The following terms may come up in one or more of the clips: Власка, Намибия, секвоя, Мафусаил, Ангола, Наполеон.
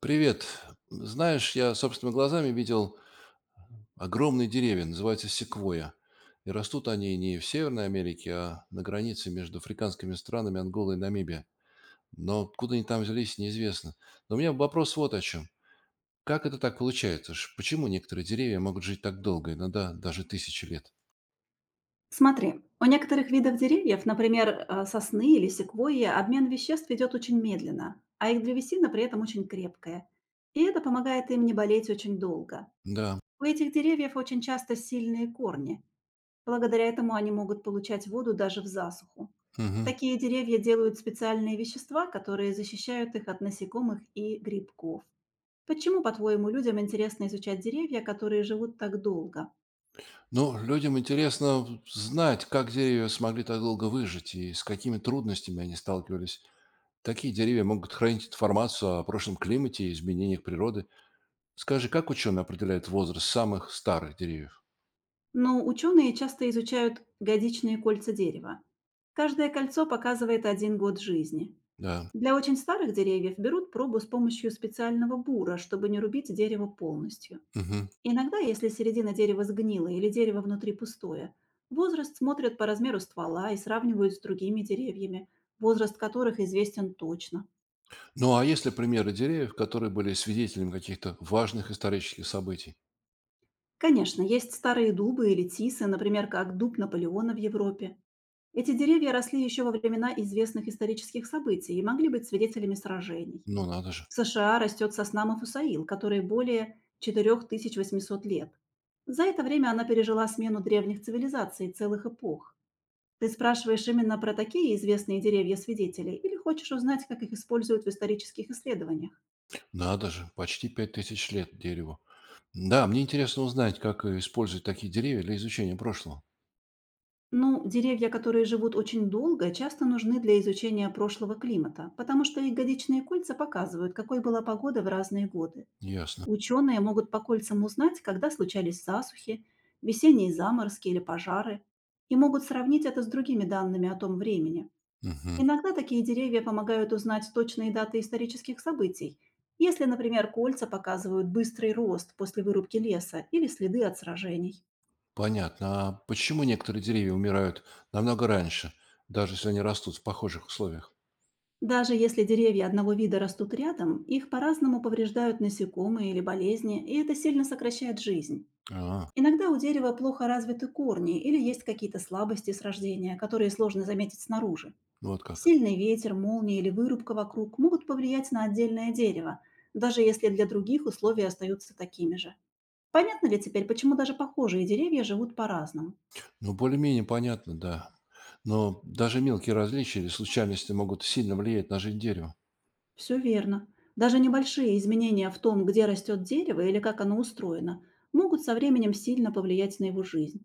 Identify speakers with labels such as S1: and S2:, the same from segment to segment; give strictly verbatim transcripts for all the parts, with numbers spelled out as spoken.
S1: Привет. Знаешь, я собственными глазами видел огромные деревья, называются секвоя. И растут они не в Северной Америке, а на границе между африканскими странами Ангола и Намибия. Но откуда они там взялись, неизвестно. Но у меня вопрос вот о чем. Как это так получается? Ш- Почему некоторые деревья могут жить так долго, иногда даже тысячи лет?
S2: Смотри, у некоторых видов деревьев, например, э, сосны или секвойи, обмен веществ идет очень медленно, а их древесина при этом очень крепкая. И это помогает им не болеть очень долго.
S1: Да.
S2: У этих деревьев очень часто сильные корни. Благодаря этому они могут получать воду даже в засуху.
S1: Мгм.
S2: Такие деревья делают специальные вещества, которые защищают их от насекомых и грибков. Почему, по-твоему, людям интересно изучать деревья, которые живут так долго?
S1: Ну, людям интересно знать, как деревья смогли так долго выжить и с какими трудностями они сталкивались. Такие деревья могут хранить информацию о прошлом климате и изменениях природы. Скажи, как ученые определяют возраст самых старых деревьев?
S2: Но ученые часто изучают годичные кольца дерева. Каждое кольцо показывает один год жизни.
S1: Да.
S2: Для очень старых деревьев берут пробу с помощью специального бура, чтобы не рубить дерево полностью.
S1: Мгм.
S2: Иногда, если середина дерева сгнила или дерево внутри пустое, возраст смотрят по размеру ствола и сравнивают с другими деревьями, возраст которых известен точно.
S1: Ну, а есть ли примеры деревьев, которые были свидетелями каких-то важных исторических событий?
S2: Конечно, есть старые дубы или тисы, например, как дуб Наполеона в Европе. Эти деревья росли еще во времена известных исторических событий и могли быть свидетелями сражений.
S1: Ну, надо же.
S2: В С Ш А растет сосна Мафусаил, которой более четырех тысяч восьмисот лет. За это время она пережила смену древних цивилизаций и целых эпох. Ты спрашиваешь именно про такие известные деревья-свидетели или хочешь узнать, как их используют в исторических исследованиях?
S1: Надо же. Почти пять тысяч лет дереву. Да, мне интересно узнать, как э, использовать такие деревья для изучения прошлого.
S2: Ну, деревья, которые живут очень долго, часто нужны для изучения прошлого климата, потому что их годичные кольца показывают, какой была погода в разные годы.
S1: Ясно.
S2: Ученые могут по кольцам узнать, когда случались засухи, весенние заморозки или пожары, и могут сравнить это с другими данными о том времени.
S1: Мгм.
S2: Иногда такие деревья помогают узнать точные даты исторических событий, если, например, кольца показывают быстрый рост после вырубки леса или следы от сражений.
S1: Понятно. А почему некоторые деревья умирают намного раньше, даже если они растут в похожих условиях?
S2: Даже если деревья одного вида растут рядом, их по-разному повреждают насекомые или болезни, и это сильно сокращает жизнь.
S1: А,
S2: Иногда у дерева плохо развиты корни или есть какие-то слабости с рождения, которые сложно заметить снаружи.
S1: вот как.
S2: Сильный ветер, молния или вырубка вокруг могут повлиять на отдельное дерево, даже если для других условия остаются такими же. Понятно ли теперь, почему даже похожие деревья живут по-разному?
S1: Ну, более-менее понятно, да. Но даже мелкие различия или случайности могут сильно влиять на жизнь дерева.
S2: Все верно. Даже небольшие изменения в том, где растет дерево или как оно устроено, могут со временем сильно повлиять на его жизнь.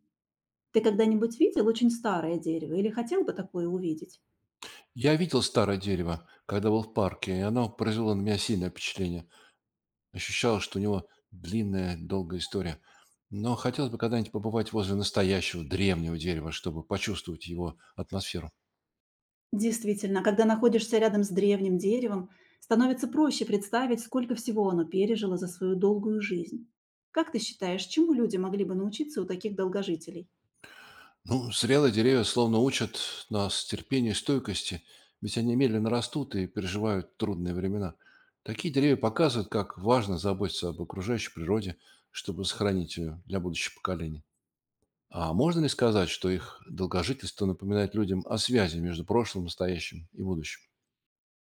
S2: Ты когда-нибудь видел очень старое дерево или хотел бы такое увидеть?
S1: Я видел старое дерево, когда был в парке, и оно произвело на меня сильное впечатление. Ощущалось, что у него длинная, долгая история. Но хотелось бы когда-нибудь побывать возле настоящего древнего дерева, чтобы почувствовать его атмосферу.
S2: Действительно, когда находишься рядом с древним деревом, становится проще представить, сколько всего оно пережило за свою долгую жизнь. Как ты считаешь, чему люди могли бы научиться у таких долгожителей?
S1: Ну, зрелые деревья словно учат нас терпению и стойкости, ведь они медленно растут и переживают трудные времена. Такие деревья показывают, как важно заботиться об окружающей природе, чтобы сохранить ее для будущих поколений. А можно ли сказать, что их долгожительство напоминает людям о связи между прошлым, настоящим и будущим?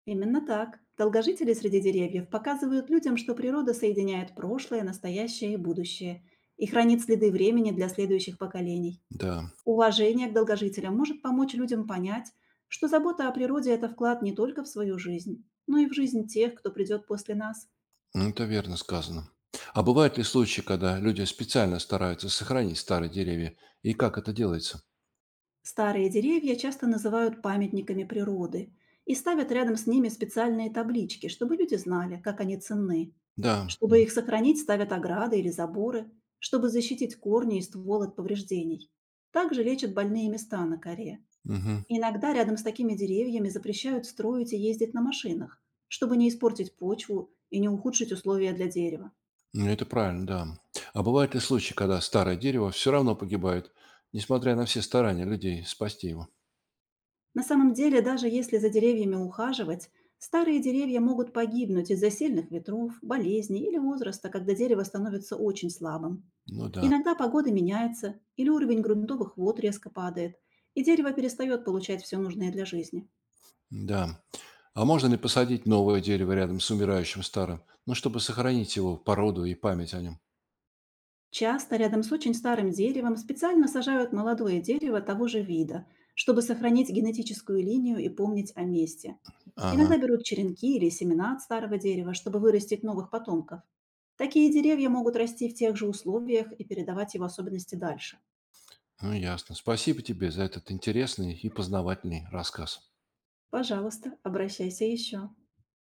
S2: Именно так. Долгожители среди деревьев показывают людям, что природа соединяет прошлое, настоящее и будущее и хранит следы времени для следующих поколений.
S1: Да,
S2: Уважение к долгожителям может помочь людям понять, что забота о природе — это вклад не только в свою жизнь, но и в жизнь тех, кто придет после нас.
S1: ну, это верно сказано. А бывают ли случаи, когда люди специально стараются сохранить старые деревья, и как это делается?
S2: Старые деревья часто называют памятниками природы и ставят рядом с ними специальные таблички, чтобы люди знали, как они ценны.
S1: Да.
S2: Чтобы их сохранить, ставят ограды или заборы, чтобы защитить корни и ствол от повреждений. Также лечат больные места на коре.
S1: Мгм.
S2: Иногда рядом с такими деревьями запрещают строить и ездить на машинах, чтобы не испортить почву и не ухудшить условия для дерева.
S1: Ну, это правильно, да. А бывают ли случаи, когда старое дерево все равно погибает, несмотря на все старания людей спасти его?
S2: На самом деле, даже если за деревьями ухаживать, старые деревья могут погибнуть из-за сильных ветров, болезней или возраста, когда дерево становится очень слабым.
S1: Ну да,
S2: Иногда погода меняется или уровень грунтовых вод резко падает, и дерево перестает получать все нужное для жизни.
S1: да. А можно ли посадить новое дерево рядом с умирающим старым, ну, чтобы сохранить его породу и память о нем?
S2: Часто рядом с очень старым деревом специально сажают молодое дерево того же вида, чтобы сохранить генетическую линию и помнить о месте.
S1: Ага,
S2: Иногда берут черенки или семена от старого дерева, чтобы вырастить новых потомков. Такие деревья могут расти в тех же условиях и передавать его особенности дальше.
S1: ну ясно. Спасибо тебе за этот интересный и познавательный рассказ.
S2: Пожалуйста, обращайся еще.